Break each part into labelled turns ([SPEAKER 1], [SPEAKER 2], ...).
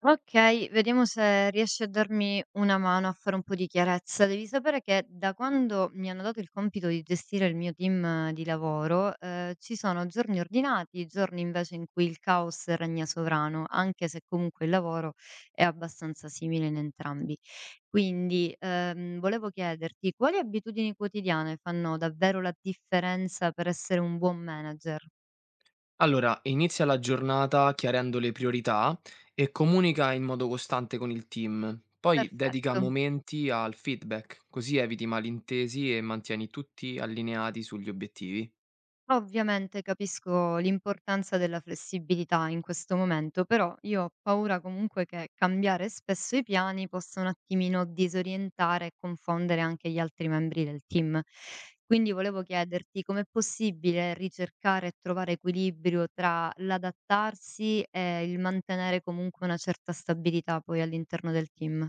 [SPEAKER 1] Okay, vediamo se riesci a darmi una mano a fare un po' di chiarezza. Devi sapere che da quando mi hanno dato il compito di gestire il mio team di lavoro, ci sono giorni ordinati, giorni invece in cui il caos regna sovrano, anche se comunque il lavoro è abbastanza simile in entrambi. Quindi, volevo chiederti quali abitudini quotidiane fanno davvero la differenza per essere un buon manager?
[SPEAKER 2] Allora, inizia la giornata chiarendo le priorità e comunica in modo costante con il team. Poi dedica
[SPEAKER 1] Perfetto.
[SPEAKER 2] momenti al feedback, così eviti malintesi e mantieni tutti allineati sugli obiettivi.
[SPEAKER 1] Ovviamente capisco l'importanza della flessibilità in questo momento, però io ho paura comunque che cambiare spesso i piani possa un attimino disorientare e confondere anche gli altri membri del team. Quindi volevo chiederti com'è possibile ricercare e trovare equilibrio tra l'adattarsi e il mantenere comunque una certa stabilità poi all'interno del team.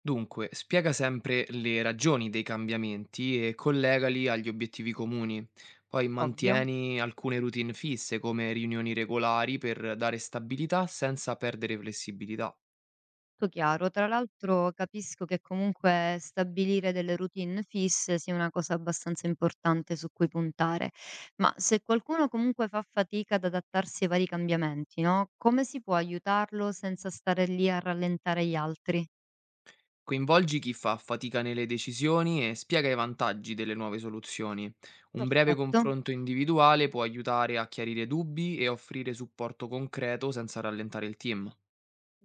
[SPEAKER 2] Dunque, spiega sempre le ragioni dei cambiamenti e collegali agli obiettivi comuni. Poi
[SPEAKER 1] Ovvio.
[SPEAKER 2] mantieni alcune routine fisse come riunioni regolari per dare stabilità senza perdere flessibilità.
[SPEAKER 1] Tutto chiaro. Tra l'altro capisco che comunque stabilire delle routine fisse sia una cosa abbastanza importante su cui puntare, ma se qualcuno comunque fa fatica ad adattarsi ai vari cambiamenti, no? Come si può aiutarlo senza stare lì a rallentare gli altri?
[SPEAKER 2] Coinvolgi chi fa fatica nelle decisioni e spiega i vantaggi delle nuove soluzioni. Un breve
[SPEAKER 1] Perfetto.
[SPEAKER 2] confronto individuale può aiutare a chiarire dubbi e offrire supporto concreto senza rallentare il team.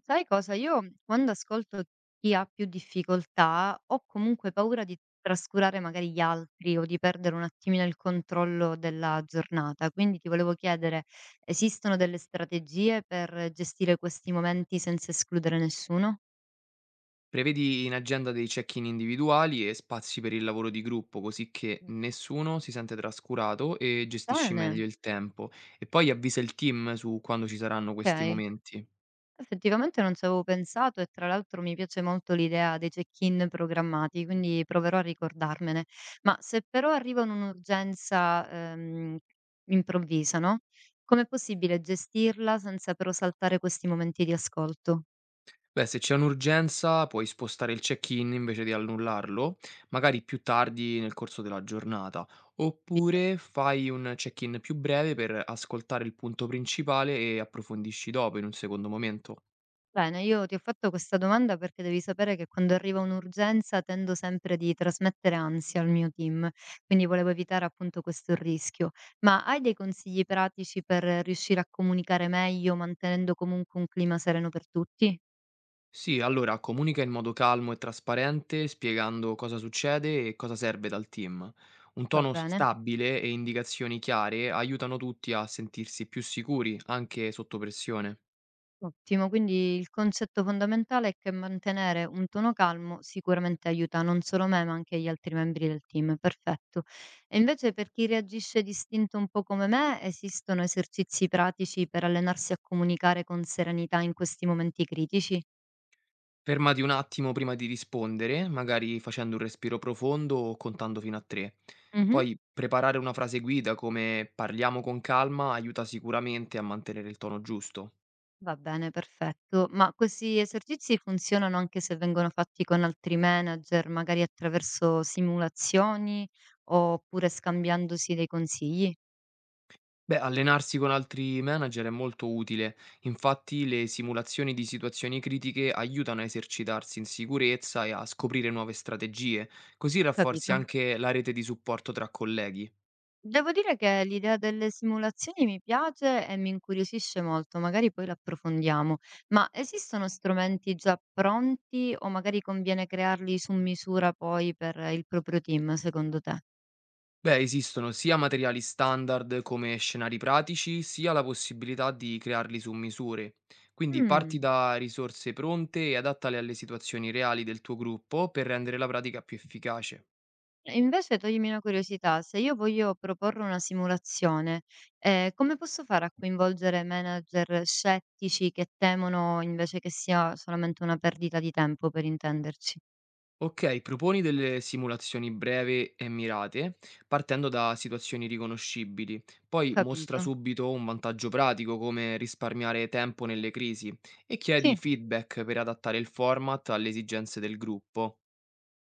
[SPEAKER 1] Sai cosa? Io quando ascolto chi ha più difficoltà, ho comunque paura di trascurare magari gli altri o di perdere un attimino il controllo della giornata. Quindi ti volevo chiedere, esistono delle strategie per gestire questi momenti senza escludere nessuno?
[SPEAKER 2] Prevedi in agenda dei check-in individuali e spazi per il lavoro di gruppo, così che nessuno si sente trascurato e gestisci
[SPEAKER 1] Bene,
[SPEAKER 2] meglio il tempo. E poi avvisa il team su quando ci saranno questi
[SPEAKER 1] ok.
[SPEAKER 2] momenti.
[SPEAKER 1] Effettivamente non ci avevo pensato e tra l'altro mi piace molto l'idea dei check-in programmati, quindi proverò a ricordarmene. Ma se però arriva un'urgenza improvvisa, no? Com'è possibile gestirla senza però saltare questi momenti di ascolto?
[SPEAKER 2] Beh, se c'è un'urgenza puoi spostare il check-in invece di annullarlo, magari più tardi nel corso della giornata, oppure fai un check-in più breve per ascoltare il punto principale e approfondisci dopo in un secondo momento.
[SPEAKER 1] Bene, io ti ho fatto questa domanda perché devi sapere che quando arriva un'urgenza tendo sempre di trasmettere ansia al mio team, quindi volevo evitare appunto questo rischio. Ma hai dei consigli pratici per riuscire a comunicare meglio mantenendo comunque un clima sereno per tutti?
[SPEAKER 2] Sì, allora comunica in modo calmo e trasparente, spiegando cosa succede e cosa serve dal team. Un
[SPEAKER 1] Va
[SPEAKER 2] tono
[SPEAKER 1] bene?
[SPEAKER 2] stabile e indicazioni chiare aiutano tutti a sentirsi più sicuri, anche sotto pressione.
[SPEAKER 1] Ottimo, quindi il concetto fondamentale è che mantenere un tono calmo sicuramente aiuta non solo me, ma anche gli altri membri del team. Perfetto. E invece per chi reagisce distinto un po' come me, esistono esercizi pratici per allenarsi a comunicare con serenità in questi momenti critici?
[SPEAKER 2] Fermati un attimo prima di rispondere, magari facendo un respiro profondo o contando fino a 3.
[SPEAKER 1] Mhm.
[SPEAKER 2] Poi preparare una frase guida come "parliamo con calma" aiuta sicuramente a mantenere il tono giusto.
[SPEAKER 1] Va bene, perfetto. Ma questi esercizi funzionano anche se vengono fatti con altri manager, magari attraverso simulazioni oppure scambiandosi dei consigli?
[SPEAKER 2] Beh, allenarsi con altri manager è molto utile, infatti le simulazioni di situazioni critiche aiutano a esercitarsi in sicurezza e a scoprire nuove strategie, così
[SPEAKER 1] Ho
[SPEAKER 2] rafforzi
[SPEAKER 1] capito.
[SPEAKER 2] anche la rete di supporto tra colleghi.
[SPEAKER 1] Devo dire che l'idea delle simulazioni mi piace e mi incuriosisce molto, magari poi l'approfondiamo. Ma esistono strumenti già pronti o magari conviene crearli su misura poi per il proprio team, secondo te?
[SPEAKER 2] Beh, esistono sia materiali standard come scenari pratici, sia la possibilità di crearli su misure. Quindi parti
[SPEAKER 1] Mm.
[SPEAKER 2] da risorse pronte e adattale alle situazioni reali del tuo gruppo per rendere la pratica più efficace.
[SPEAKER 1] E invece toglimi una curiosità, se io voglio proporre una simulazione, come posso fare a coinvolgere manager scettici che temono invece che sia solamente una perdita di tempo, per intenderci?
[SPEAKER 2] Ok, proponi delle simulazioni breve e mirate, partendo da situazioni riconoscibili. Poi mostra
[SPEAKER 1] Capito?
[SPEAKER 2] subito un vantaggio pratico come risparmiare tempo nelle crisi e chiedi
[SPEAKER 1] Sì.
[SPEAKER 2] feedback per adattare il format alle esigenze del gruppo.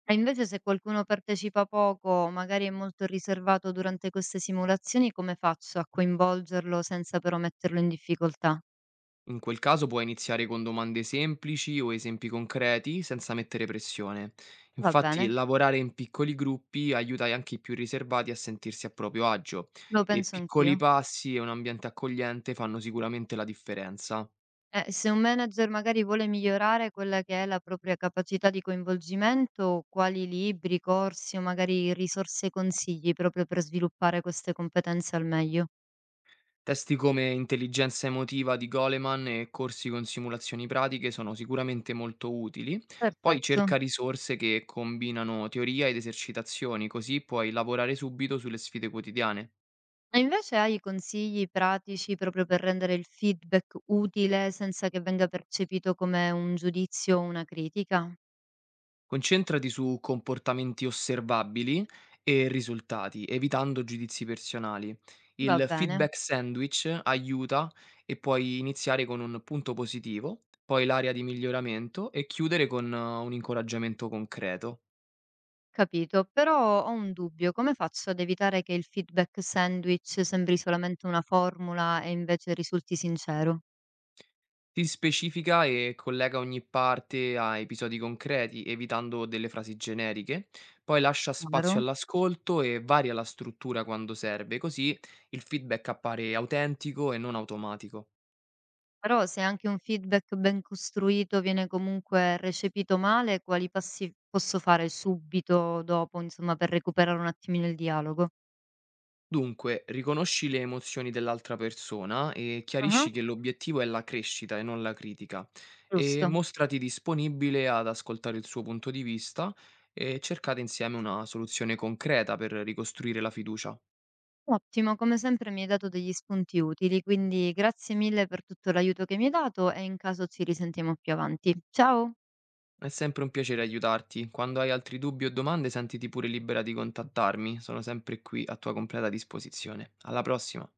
[SPEAKER 1] E invece se qualcuno partecipa poco, magari è molto riservato durante queste simulazioni, come faccio a coinvolgerlo senza però metterlo in difficoltà?
[SPEAKER 2] In quel caso puoi iniziare con domande semplici o esempi concreti senza mettere pressione.
[SPEAKER 1] Va
[SPEAKER 2] Infatti,
[SPEAKER 1] bene,
[SPEAKER 2] lavorare in piccoli gruppi aiuta anche i più riservati a sentirsi a proprio agio
[SPEAKER 1] lo
[SPEAKER 2] e
[SPEAKER 1] penso
[SPEAKER 2] piccoli
[SPEAKER 1] anch'io.
[SPEAKER 2] passi e un ambiente accogliente fanno sicuramente la differenza.
[SPEAKER 1] Se un manager magari vuole migliorare quella che è la propria capacità di coinvolgimento, quali libri, corsi o magari risorse e consigli proprio per sviluppare queste competenze al meglio?
[SPEAKER 2] Testi come Intelligenza emotiva di Goleman e corsi con simulazioni pratiche sono sicuramente molto utili. Poi
[SPEAKER 1] Perfetto.
[SPEAKER 2] cerca risorse che combinano teoria ed esercitazioni, così puoi lavorare subito sulle sfide quotidiane.
[SPEAKER 1] E invece hai consigli pratici proprio per rendere il feedback utile senza che venga percepito come un giudizio o una critica?
[SPEAKER 2] Concentrati su comportamenti osservabili e risultati, evitando giudizi personali.
[SPEAKER 1] Va
[SPEAKER 2] Il
[SPEAKER 1] bene,
[SPEAKER 2] feedback sandwich aiuta e puoi iniziare con un punto positivo, poi l'area di miglioramento e chiudere con un incoraggiamento concreto.
[SPEAKER 1] capito, però ho un dubbio, come faccio ad evitare che il feedback sandwich sembri solamente una formula e invece risulti sincero?
[SPEAKER 2] Si specifica e collega ogni parte a episodi concreti, evitando delle frasi generiche, poi lascia spazio
[SPEAKER 1] Chiaro?
[SPEAKER 2] all'ascolto e varia la struttura quando serve, così il feedback appare autentico e non automatico.
[SPEAKER 1] Però se anche un feedback ben costruito viene comunque recepito male, quali passi posso fare subito dopo, insomma, per recuperare un attimino il dialogo?
[SPEAKER 2] Dunque, riconosci le emozioni dell'altra persona e chiarisci
[SPEAKER 1] Ah.
[SPEAKER 2] che l'obiettivo è la crescita e non la critica, e
[SPEAKER 1] Giusto.
[SPEAKER 2] mostrati disponibile ad ascoltare il suo punto di vista e cercate insieme una soluzione concreta per ricostruire la fiducia.
[SPEAKER 1] Ottimo, come sempre mi hai dato degli spunti utili, quindi grazie mille per tutto l'aiuto che mi hai dato e in caso ci risentiamo più avanti. Ciao!
[SPEAKER 2] È sempre un piacere aiutarti. Quando hai altri dubbi o domande, sentiti pure libera di contattarmi, sono sempre qui a tua completa disposizione. Alla prossima!